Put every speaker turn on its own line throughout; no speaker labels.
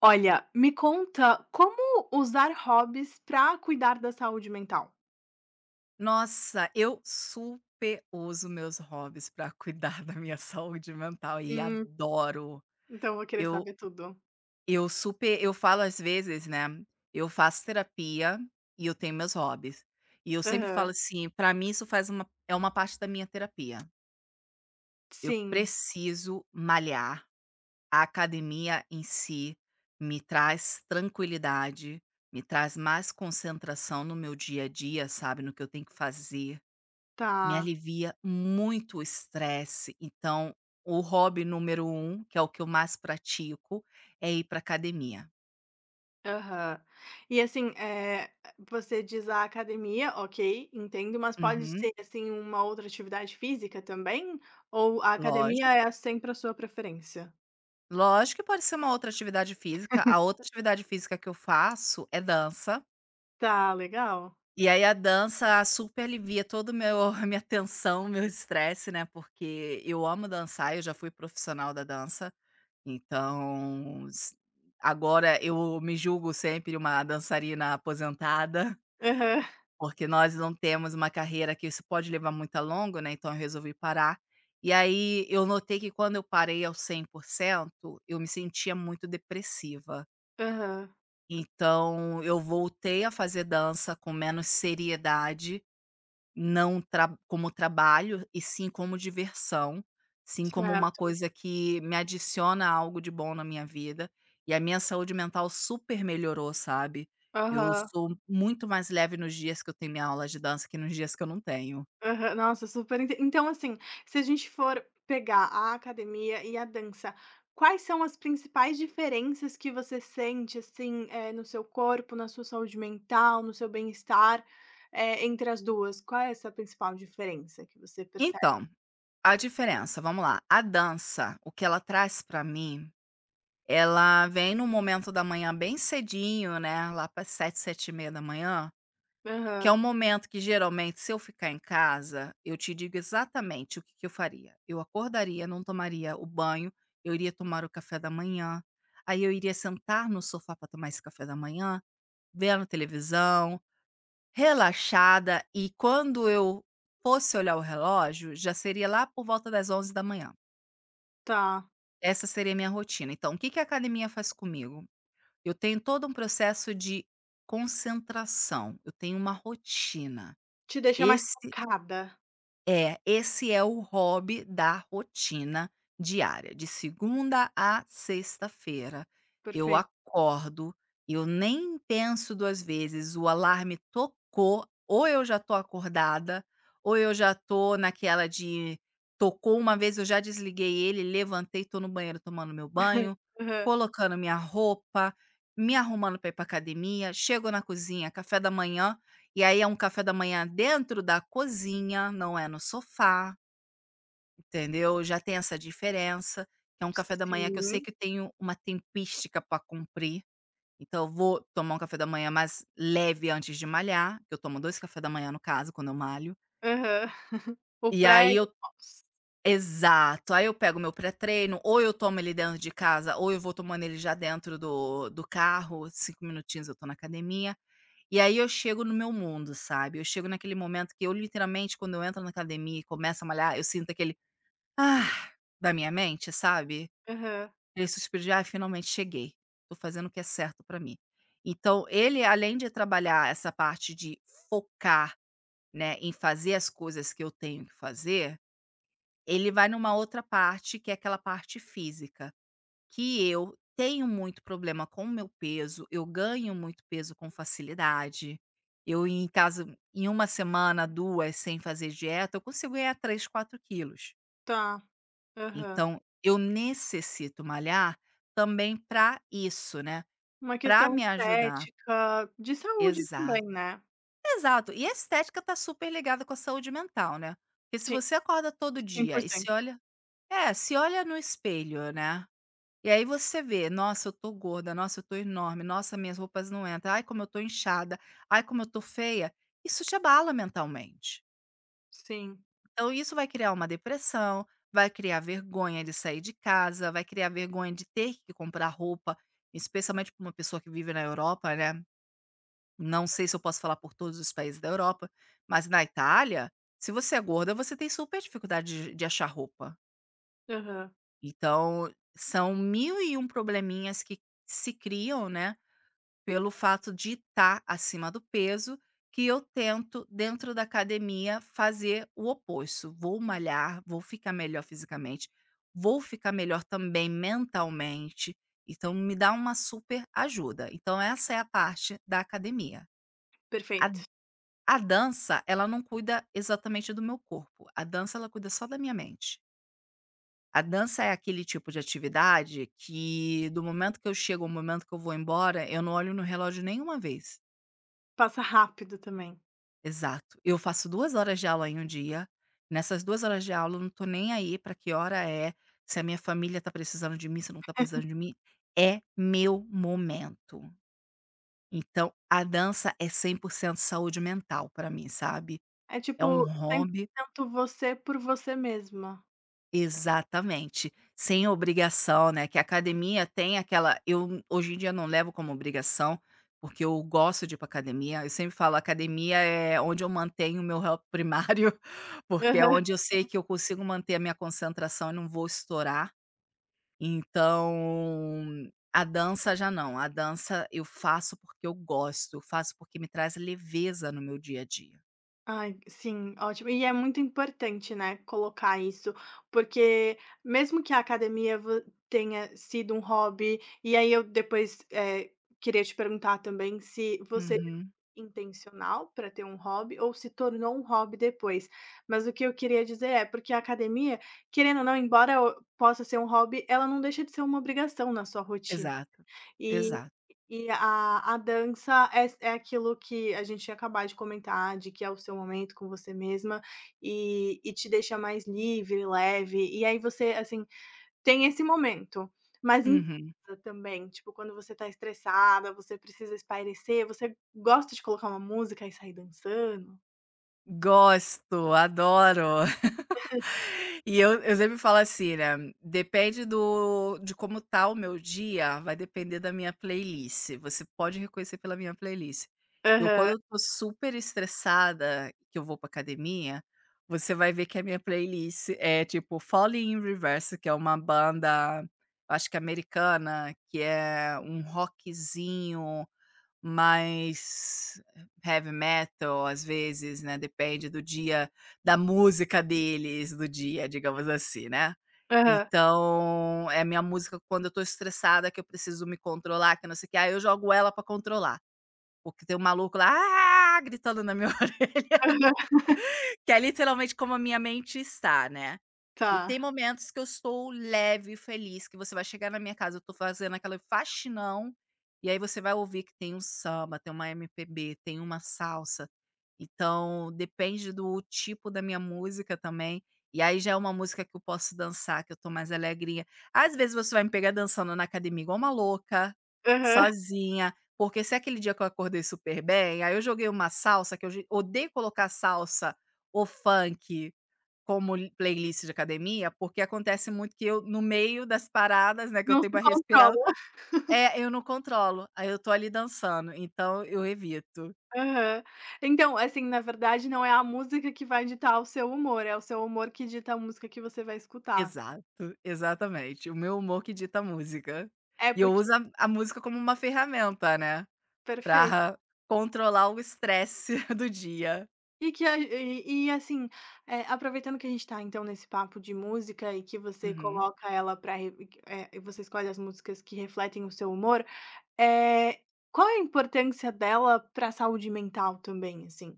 Olha, me conta como usar hobbies para cuidar da saúde mental?
Nossa, eu super uso meus hobbies para cuidar da minha saúde mental e
Hum,
adoro.
então eu vou querer
Eu
saber tudo.
eu super eu falo às vezes, né, eu faço terapia e eu tenho meus hobbies. E eu sempre falo
Aham.
assim, para mim isso faz uma é uma parte da minha terapia. Eu
Sim.
preciso malhar. A academia em si me traz tranquilidade, me traz mais concentração no meu dia a dia, sabe, no que eu tenho que fazer. Me
Tá.
alivia muito o estresse, então o hobby número um, que é o que eu mais pratico, é ir para academia.
Aham. E assim, você diz a academia, ok, entendo, mas pode
Uhum,
ser assim uma outra atividade física também? Ou a academia
lógico.
é sempre a sua preferência?
Lógico que pode ser uma outra atividade física, a outra atividade física que eu faço é dança,
Tá, legal.
e aí a dança super alivia todo meu a minha tensão, meu estresse, né, porque eu amo dançar, eu já fui profissional da dança, então s agora eu me julgo sempre uma dançarina aposentada.
Aham,
Porque nós não temos uma carreira que isso pode levar muito a longo, né, então eu resolvi parar. E aí eu notei que quando eu parei ao 100%, eu me sentia muito depressiva.
aham,
Então eu voltei a fazer dança com menos seriedade, não tra como trabalho, e sim como diversão, sim como uma
certo.
coisa que me adiciona algo de bom na minha vida, e a minha saúde mental super melhorou, sabe. Eu
Aham.
sou muito mais leve nos dias que eu tenho minha aula de dança que nos dias que eu não tenho.
Aham, nossa, super enten então, assim, se a gente for pegar a academia e a dança, quais são as principais diferenças que você sente, assim, no seu corpo, na sua saúde mental, no seu bem-estar, entre as 2? Qual é essa principal diferença que você percebe?
Então, a diferença, vamos lá, a dança, o que ela traz pra mim, ela vem no momento da manhã bem cedinho, né, lá para 7h, 7h30 da manhã. Que é um
Aham,
momento que geralmente se eu ficar em casa, eu te digo exatamente o que que eu faria. Eu acordaria, não tomaria o banho, eu iria tomar o café da manhã, aí eu iria sentar no sofá para tomar esse café da manhã, vendo televisão, relaxada, e quando eu fosse olhar o relógio, já seria lá por volta das 11h da manhã.
tá.
Essa seria a minha rotina. Então, o que que a academia faz comigo? Eu tenho todo um processo de concentração, eu tenho uma rotina.
Te deixa mais
Esse
focada.
Esse é o hobby da rotina diária, de segunda a sexta-feira. Eu
Perfeito.
acordo, eu nem penso 2 vezes, o alarme tocou, ou eu já tô acordada, ou eu já tô naquela de tocou uma vez, eu já desliguei ele, levantei, tô no banheiro tomando meu banho,
Aham.
colocando minha roupa, me arrumando para ir pra academia, chego na cozinha, café da manhã, e aí é um café da manhã dentro da cozinha, não é no sofá, entendeu? Já tem essa diferença, é um café da manhã que eu sei
Sim.
que eu tenho uma tempística para cumprir, então eu vou tomar um café da manhã mais leve antes de malhar, que eu tomo 2 cafés da manhã, no caso, quando eu malho.
Aham. O
E
pré
aí
e
eu
o pós.
exato, aí eu pego meu pré-treino, ou eu tomo ele dentro de casa, ou eu vou tomando ele já dentro do carro, 5 minutinhos eu tô na academia. E aí eu chego no meu mundo, sabe. Eu chego naquele momento que eu literalmente quando eu entro na academia e começo a malhar, eu sinto aquele "ah" da minha mente, sabe.
Aham.
Ele suspiro de: "Ai, finalmente cheguei, tô fazendo o que é certo pra mim". Então ele, além de trabalhar essa parte de focar, né, em fazer as coisas que eu tenho que fazer, ele vai numa outra parte que é aquela parte física. Que eu tenho muito problema com o meu peso, eu ganho muito peso com facilidade. Eu em casa, em uma semana, 2 sem fazer dieta, eu consigo ganhar 3, 4 quilos.
Tá. Aham.
Então eu necessito malhar também para isso, né,
Uma
para
questão
me ajudar.
estética, de saúde
Exato,
também, né.
exato. E a estética tá super ligada com a saúde mental, né. Porque se
Sim,
você acorda todo
cem
dia
por
e se
cento.
olha, é, se olha no espelho, né. E aí você vê: "Nossa, eu tô gorda. Nossa, eu tô enorme. Nossa, minhas roupas não entram. Ai, como eu tô inchada. Ai, como eu tô feia". Isso te abala mentalmente.
Sim.
Então isso vai criar uma depressão, vai criar vergonha de sair de casa, vai criar vergonha de ter que comprar roupa, especialmente para uma pessoa que vive na Europa, né. Não sei se eu posso falar por todos os países da Europa, mas na Itália, se você é gorda, você tem super dificuldade de achar roupa.
Aham.
Então são 1001 probleminhas que se criam, né, pelo fato de estar acima do peso, que eu tento, dentro da academia, fazer o oposto. Vou malhar, vou ficar melhor fisicamente, vou ficar melhor também mentalmente. Então, me dá uma super ajuda. Então, essa é a parte da academia. A,
Perfeito.
a dança, ela não cuida exatamente do meu corpo. A dança, ela cuida só da minha mente. A dança é aquele tipo de atividade que, do momento que eu chego ao momento que eu vou embora, eu não olho no relógio nenhuma vez.
Passa rápido também.
Exato. Eu faço 2 horas de aula em um dia. Nessas 2 horas de aula eu não tô nem aí pra que hora é, se a minha família tá precisando de mim, se não tá precisando de mim, é meu momento. Então, a dança é 100% saúde mental pra mim, sabe.
É
É
tipo
um
cem por
hobby
cento você por você mesma.
Exatamente, sem obrigação, né, que a academia tem aquela, eu hoje em dia não levo como obrigação, porque eu gosto de ir pra academia, eu sempre falo: "Academia é onde eu mantenho o meu help primário", porque é
Aham.
onde eu sei que eu consigo manter a minha concentração e não vou estourar. Então, a dança já não, a dança eu faço porque eu gosto, eu faço porque me traz leveza no meu dia a dia.
Ai, sim, ótimo. E é muito importante, né, colocar isso, porque mesmo que a academia vo tenha sido um hobby, e aí eu depois, queria te perguntar também se você
Uhum,
intencional para ter um hobby ou se tornou um hobby depois. Mas o que eu queria dizer é, porque a academia, querendo ou não, embora o possa ser um hobby, ela não deixa de ser uma obrigação na sua rotina.
exato,
E
exato.
e a dança é aquilo que a gente tinha de comentar, de que é o seu momento com você mesma e te deixa mais livre, leve, e aí você, assim, tem esse momento, mas em
Uhum.
casa também, tipo, quando você tá estressada, você precisa espairecer, você gosta de colocar uma música e sair dançando?
Gosto, adoro. E eu sempre falo assim, né, depende do de como tá o meu dia, vai depender da minha playlist, você pode reconhecer pela minha playlist. Eu
Aham,
quando eu tô super estressada, que eu vou pra academia, você vai ver que a minha playlist é tipo Falling in Reverse, que é uma banda, acho que americana, que é um rockzinho mais heavy metal, às vezes, né, depende do dia, da música deles do dia, digamos assim, né.
aham,
Então, é a minha música quando eu tô estressada, que eu preciso me controlar, que não sei o que, aí eu jogo ela pra controlar, porque tem um maluco lá, "Ah", gritando na minha orelha,
aham.
que é literalmente como a minha mente está, né. E
Tá,
tem momentos que eu estou leve e feliz, que você vai chegar na minha casa, eu tô fazendo aquela faxinão, e aí você vai ouvir que tem um samba, tem uma MPB, tem uma salsa. Então, depende do tipo da minha música também. E aí já é uma música que eu posso dançar, que eu tô mais alegrinha. Às vezes você vai me pegar dançando na academia igual uma louca,
aham.
sozinha, porque se é aquele dia que eu acordei super bem, aí eu joguei uma salsa, que eu odeio colocar salsa ou funk como li playlist de academia, porque acontece muito que eu, no meio das paradas, né, que eu
Não
tenho
se
para respirar,
controla.
é, eu não controlo, aí eu tô ali dançando, então eu evito.
Aham. Então, assim, na verdade não é a música que vai ditar o seu humor, é o seu humor que dita a música que você vai escutar.
Exato, exatamente. O meu humor que dita a música.
É
E eu
porque
uso a música como uma ferramenta, né,
perfeito.
pra controlar o estresse do dia.
E que a e assim, aproveitando que a gente tá então nesse papo de música e que você
Uhum.
coloca ela para re você escolhe as músicas que refletem o seu humor, é qual é a importância dela para a saúde mental também, assim?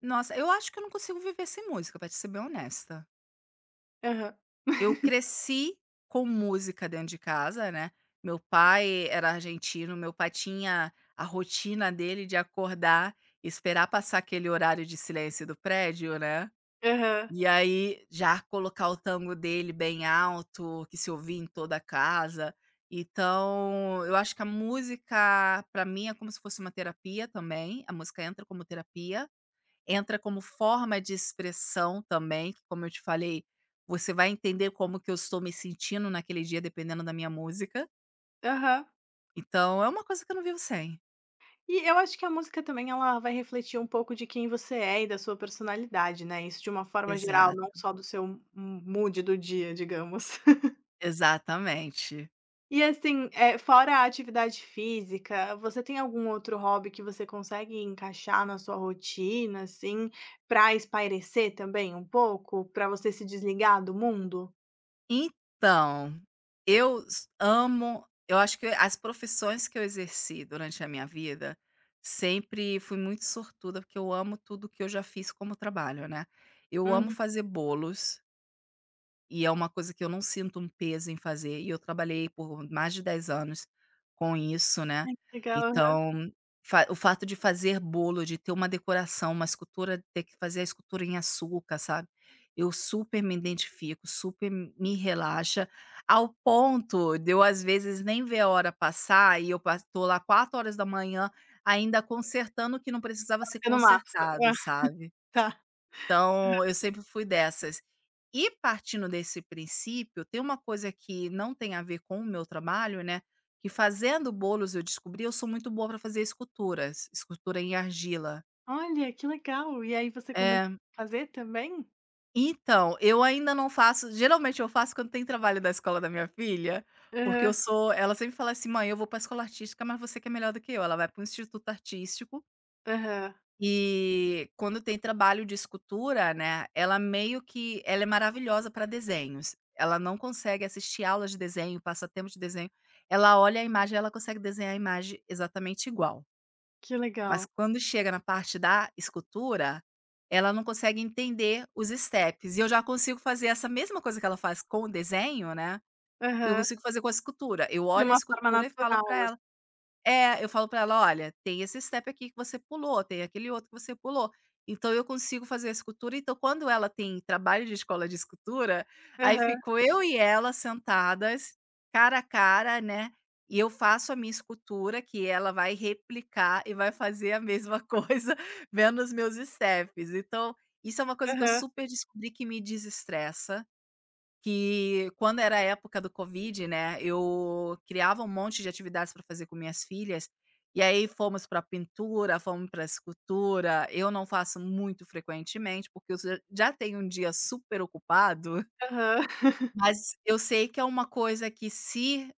Nossa, eu acho que eu não consigo viver sem música, pra te ser bem honesta.
Aham,
Eu cresci com música dentro de casa, né. Meu pai era argentino, meu pai tinha a rotina dele de acordar, esperar passar aquele horário de silêncio do prédio, né,
aham,
e aí já colocar o tango dele bem alto, que se ouvia em toda a casa. Então, eu acho que a música para mim é como se fosse uma terapia também, a música entra como terapia. Entra como forma de expressão também, que como eu te falei, você vai entender como que eu estou me sentindo naquele dia dependendo da minha música,
aham.
então é uma coisa que eu não vivo sem.
E eu acho que a música também ela vai refletir um pouco de quem você é e da sua personalidade, né, isso de uma forma geral, não
Exato,
só do seu m mood do dia, digamos.
exatamente.
E assim, fora a atividade física, você tem algum outro hobby que você consegue encaixar na sua rotina, assim, pra espairecer também um pouco? Pra você se desligar do mundo?
Então, eu s amo eu acho que as profissões que eu exerci durante a minha vida, sempre fui muito sortuda, porque eu amo tudo que eu já fiz como trabalho, né. Eu amo
Uhum,
fazer bolos. E é uma coisa que eu não sinto um peso em fazer, e eu trabalhei por mais de 10 anos com isso, né.
legal, aham,
Então, fa o fato de fazer bolo, de ter uma decoração, uma escultura, ter que fazer a escultura em açúcar, sabe, eu super me identifico, super me relaxa, ao ponto de eu às vezes nem ver a hora passar e eu pa tô lá 4h da manhã ainda consertando o que não precisava ser
você não massa.
consertado,
Ah,
sabe.
tá.
Então, eu sempre fui dessas. E partindo desse princípio, tem uma coisa que não tem a ver com o meu trabalho, né, que fazendo bolos eu descobri, eu sou muito boa para fazer esculturas, escultura em argila.
Olha, que legal. E aí você começou
É,
a fazer também?
então, eu ainda não faço, geralmente eu faço quando tem trabalho da escola da minha filha, porque eu
Aham,
sou, ela sempre fala assim: "Mãe, eu vou para a escola artística, mas você que é melhor do que eu". Ela vai para o instituto artístico.
aham.
E quando tem trabalho de escultura, né, ela meio que, ela é maravilhosa para desenhos. Ela não consegue assistir aulas de desenho, passatempo de desenho. Ela olha a imagem, ela consegue desenhar a imagem exatamente igual.
Que
Mas
legal.
quando chega na parte da escultura, ela não consegue entender os steps. E eu já consigo fazer essa mesma coisa que ela faz com o desenho, né, eu
Aham.
consigo fazer com a escultura. Eu
De
olho a
uma forma
escultura e falo para
natural,
ela,
assim.
é, eu falo pra ela: "Olha, tem esse step aqui que você pulou, tem aquele outro que você pulou". Então eu consigo fazer a escultura, então quando ela tem trabalho de escola de escultura, aí
Aham,
fico eu e ela sentadas, cara a cara, né, e eu faço a minha escultura que ela vai replicar e vai fazer a mesma coisa vendo os meus steps. Então, isso é uma coisa que eu
aham,
super descobri que me desestressa. Que quando era a época do Covid, né, eu criava um monte de atividades para fazer com minhas filhas, e aí fomos para pintura, fomos para escultura, eu não faço muito frequentemente, porque eu já tenho um dia super ocupado,
aham.
mas eu sei que é uma coisa que, se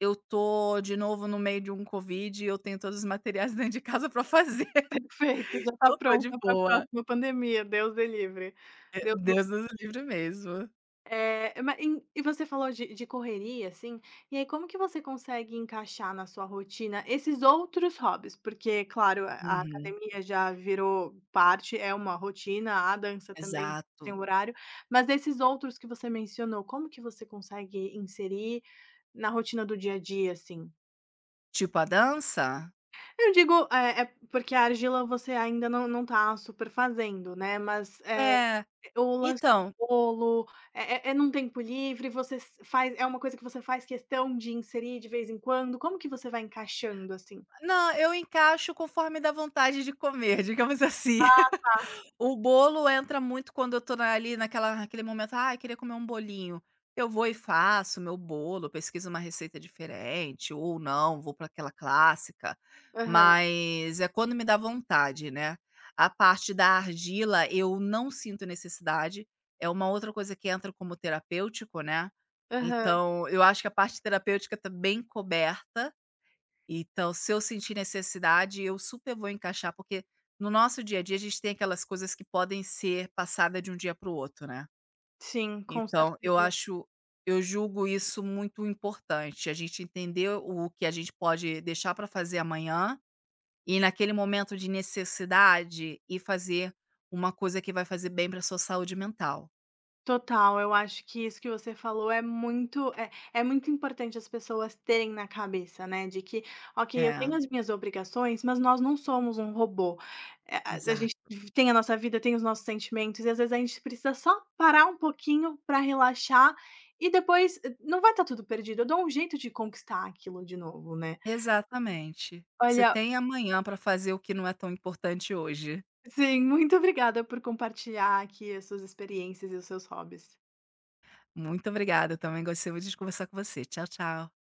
eu tô de novo no meio de um Covid, eu tenho todos os materiais dentro de casa para fazer,
Perfeito, já tá
eu tô de
pronta para a
boa.
próxima pandemia, Deus me livre.
Eh,
Deus.
Deus nos livre mesmo.
É, é, ma em e você falou de correria, assim, e aí como que você consegue encaixar na sua rotina esses outros hobbies? Porque, claro, a
Uhum,
academia já virou parte, é uma rotina, a dança também tem
exato.
um horário, mas desses outros que você mencionou, como que você consegue inserir na rotina do dia a dia, assim?
Tipo a dança?
Eu digo, é porque a argila você ainda não tá super fazendo, né, mas,
É,
o lance do
então,
bolo, é num tempo livre, você s faz é uma coisa que você faz questão de inserir de vez em quando? Como que você vai encaixando, assim?
não, eu encaixo conforme dá vontade de comer, digamos assim. O bolo entra muito quando eu tô na ali naquela naquele momento: "Ai, queria comer um bolinho". Eu vou e faço meu bolo, pesquiso uma receita diferente ou não, vou para aquela clássica,
Aham,
mas é quando me dá vontade, né. A parte da argila eu não sinto necessidade, é uma outra coisa que entra como terapêutico, né.
aham.
Então eu acho que a parte terapêutica tá bem coberta, então, se eu sentir necessidade, eu super vou encaixar, porque no nosso dia a dia a gente tem aquelas coisas que podem ser passada de um dia para o outro, né.
Sim, com
Então eu
certeza.
acho eu julgo isso muito importante, a gente entender o que a gente pode deixar para fazer amanhã e naquele momento de necessidade e fazer uma coisa que vai fazer bem para sua saúde mental.
Total, eu acho que isso que você falou é muito é muito importante as pessoas terem na cabeça, né, de que: "Ok, eu
É,
tenho as minhas obrigações, mas nós não somos um robô". A gente
exato.
tem a nossa vida, tem os nossos sentimentos e às vezes a gente precisa só parar um pouquinho para relaxar e depois, não vai estar tudo perdido, eu dou um jeito de conquistar aquilo de novo, né.
Exatamente. Você
Olha,
tem amanhã para fazer o que não é tão importante hoje.
sim, muito obrigada por compartilhar aqui as suas experiências e os seus hobbies.
Muito obrigada, também gostei muito de conversar com você. Tchau, tchau.